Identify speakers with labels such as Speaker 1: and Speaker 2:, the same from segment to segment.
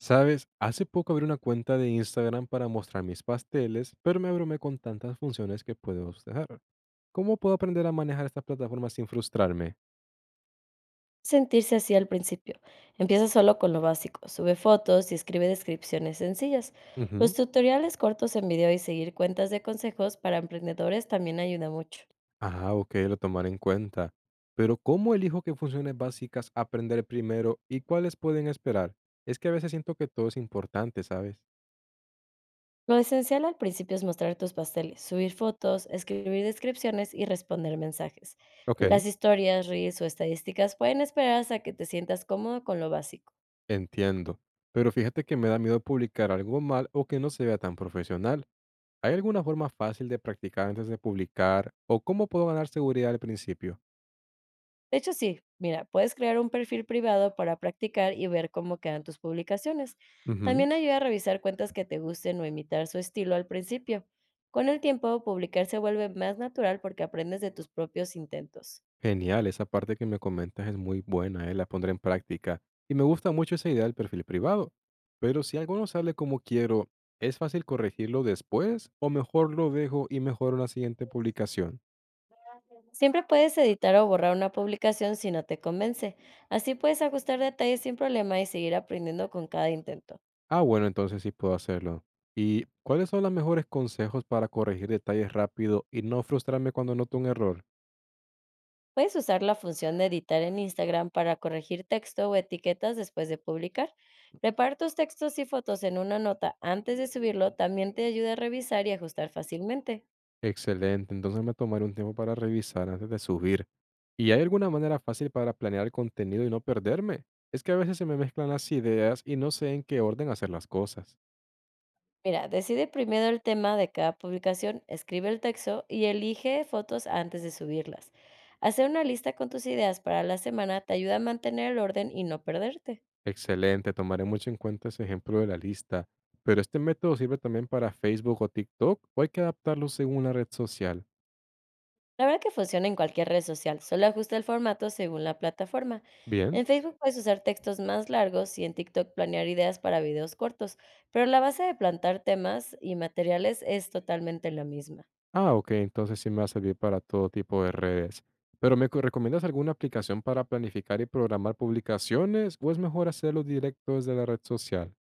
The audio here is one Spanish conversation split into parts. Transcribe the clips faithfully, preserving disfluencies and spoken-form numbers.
Speaker 1: Sabes, hace poco abrí una cuenta de Instagram para mostrar mis pasteles, pero me abrumé con tantas funciones que puedo usar. ¿Cómo puedo aprender a manejar estas plataformas sin frustrarme?
Speaker 2: Sentirse así al principio. Empieza solo con lo básico, sube fotos y escribe descripciones sencillas.
Speaker 1: Ujú.
Speaker 2: Los tutoriales cortos en video y seguir cuentas de consejos para emprendedores también ayuda mucho.
Speaker 1: Ah, ok, lo tomaré en cuenta. Pero ¿cómo elijo qué funciones básicas aprender primero y cuáles pueden esperar? Es que a veces siento que todo es importante, ¿sabes?
Speaker 2: Lo esencial al principio es mostrar tus pasteles, subir fotos, escribir descripciones y responder mensajes.
Speaker 1: Ok.
Speaker 2: Las historias, reels o estadísticas pueden esperar hasta que te sientas cómodo con lo básico.
Speaker 1: Entiendo. Pero fíjate que me da miedo publicar algo mal o que no se vea tan profesional. ¿Hay alguna forma fácil de practicar antes de publicar? ¿O cómo puedo ganar seguridad al principio?
Speaker 2: De hecho, sí, mira, puedes crear un perfil privado para practicar y ver cómo quedan tus publicaciones.
Speaker 1: Ujú.
Speaker 2: También ayuda a revisar cuentas que te gusten o imitar su estilo al principio. Con el tiempo, publicar se vuelve más natural porque aprendes de tus propios intentos.
Speaker 1: Genial, esa parte que me comentas es muy buena, eh, la pondré en práctica. Y me gusta mucho esa idea del perfil privado. Pero si algo no sale como quiero, ¿es fácil corregirlo después o mejor lo dejo y mejoro la siguiente publicación?
Speaker 2: Siempre puedes editar o borrar una publicación si no te convence. Así puedes ajustar detalles sin problema y seguir aprendiendo con cada intento.
Speaker 1: Ah, bueno, entonces sí puedo hacerlo. ¿Y cuáles son los mejores consejos para corregir detalles rápido y no frustrarme cuando noto un error?
Speaker 2: Puedes usar la función de editar en Instagram para corregir texto o etiquetas después de publicar. Preparar tus textos y fotos en una nota antes de subirlo también te ayuda a revisar y ajustar fácilmente.
Speaker 1: Excelente, entonces me tomaré un tiempo para revisar antes de subir. ¿Y hay alguna manera fácil para planear el contenido y no perderme? Es que a veces se me mezclan las ideas y no sé en qué orden hacer las cosas.
Speaker 2: Mira, decide primero el tema de cada publicación, escribe el texto y elige fotos antes de subirlas. Hacer una lista con tus ideas para la semana te ayuda a mantener el orden y no perderte.
Speaker 1: Excelente, tomaré mucho en cuenta ese ejemplo de la lista. Pero este método sirve también para Facebook o TikTok o hay que adaptarlo según la red social.
Speaker 2: La verdad que funciona en cualquier red social, solo ajusta el formato según la plataforma.
Speaker 1: Bien.
Speaker 2: En Facebook puedes usar textos más largos y en TikTok planear ideas para videos cortos, pero la base de plantar temas y materiales es totalmente la misma.
Speaker 1: Ah, ok, entonces sí me va a servir para todo tipo de redes. Pero ¿me co- recomiendas alguna aplicación para planificar y programar publicaciones o es mejor hacerlo directo desde la red social?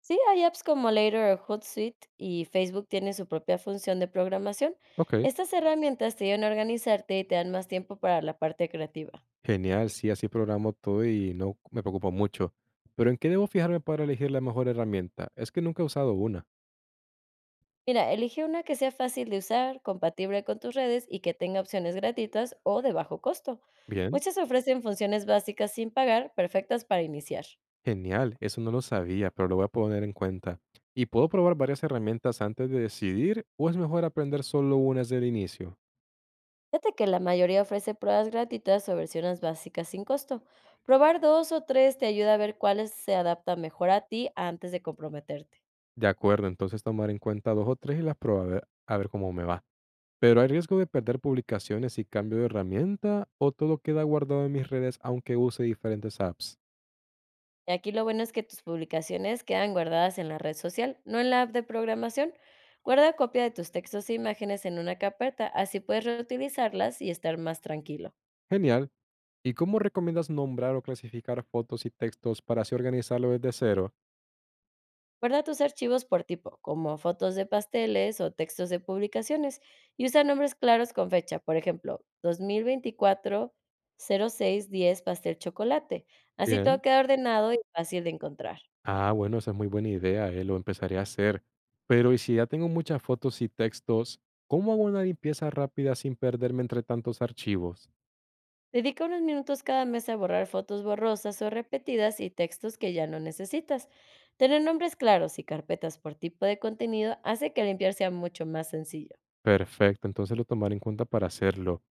Speaker 2: Sí, hay apps como Later o Hootsuite y Facebook tiene su propia función de programación.
Speaker 1: Ok.
Speaker 2: Estas herramientas te ayudan a organizarte y te dan más tiempo para la parte creativa.
Speaker 1: Genial, sí, así programo todo y no me preocupo mucho. Pero ¿en qué debo fijarme para elegir la mejor herramienta? Es que nunca he usado una.
Speaker 2: Mira, elige una que sea fácil de usar, compatible con tus redes y que tenga opciones gratuitas o de bajo costo.
Speaker 1: Bien,
Speaker 2: Muchas ofrecen funciones básicas sin pagar, perfectas para iniciar.
Speaker 1: genial, eso no lo sabía, pero lo voy a poner en cuenta. ¿Y puedo probar varias herramientas antes de decidir o es mejor aprender solo una desde el inicio?
Speaker 2: Fíjate que la mayoría ofrece pruebas gratuitas o versiones básicas sin costo. Probar dos o tres te ayuda a ver cuáles se adaptan mejor a ti antes de comprometerte.
Speaker 1: De acuerdo, entonces tomar en cuenta dos o tres y las probar a ver, a ver cómo me va. Pero ¿hay riesgo de perder publicaciones si cambio de herramienta o todo queda guardado en mis redes aunque use diferentes apps?
Speaker 2: Y aquí lo bueno es que tus publicaciones quedan guardadas en la red social, no en la app de programación. Guarda copia de tus textos e imágenes en una carpeta, así puedes reutilizarlas y estar más tranquilo.
Speaker 1: Genial. ¿Y cómo recomiendas nombrar o clasificar fotos y textos para así organizarlo desde cero?
Speaker 2: Guarda tus archivos por tipo, como fotos de pasteles o textos de publicaciones, y usa nombres claros con fecha, por ejemplo, dos mil veinticuatro cero seis diez pastel chocolate. Así todo
Speaker 1: Bien.
Speaker 2: queda ordenado y fácil de encontrar.
Speaker 1: Ah, bueno, esa es muy buena idea, eh, lo empezaré a hacer. Pero ¿y si ya tengo muchas fotos y textos, cómo hago una limpieza rápida sin perderme entre tantos archivos?
Speaker 2: Dedica unos minutos cada mes a borrar fotos borrosas o repetidas y textos que ya no necesitas. Tener nombres claros y carpetas por tipo de contenido hace que limpiar sea mucho más sencillo.
Speaker 1: Perfecto, entonces lo tomaré en cuenta para hacerlo.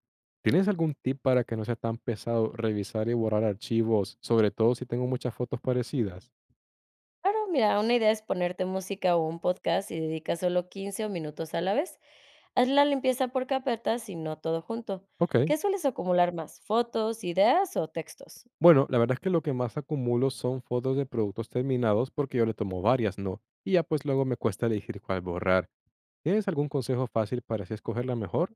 Speaker 1: ¿Tienes algún tip para que no sea tan pesado revisar y borrar archivos, sobre todo si tengo muchas fotos parecidas?
Speaker 2: Claro, mira, una idea es ponerte música o un podcast y dedica solo quince o minutos a la vez. Haz la limpieza por carpetas y no todo junto.
Speaker 1: Ok.
Speaker 2: ¿Qué sueles acumular más? ¿Fotos, ideas o textos?
Speaker 1: Bueno, la verdad es que lo que más acumulo son fotos de productos terminados porque yo le tomo varias, ¿no? Y ya pues luego me cuesta elegir cuál borrar. ¿Tienes algún consejo fácil para así escoger la mejor?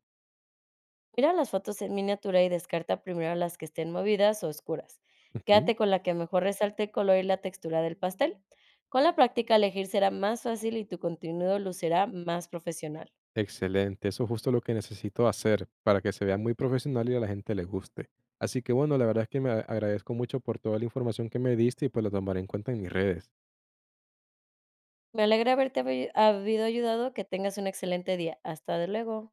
Speaker 2: Mira las fotos en miniatura y descarta primero las que estén movidas o oscuras.
Speaker 1: Ujú.
Speaker 2: Quédate con la que mejor resalte el color y la textura del pastel. Con la práctica elegir será más fácil y tu contenido lucirá más profesional.
Speaker 1: Excelente, eso es justo lo que necesito hacer para que se vea muy profesional y a la gente le guste. Así que bueno, la verdad es que me a- agradezco mucho por toda la información que me diste y pues la tomaré en cuenta en mis redes.
Speaker 2: Me alegra haberte habi- habido ayudado, que tengas un excelente día. Hasta de luego.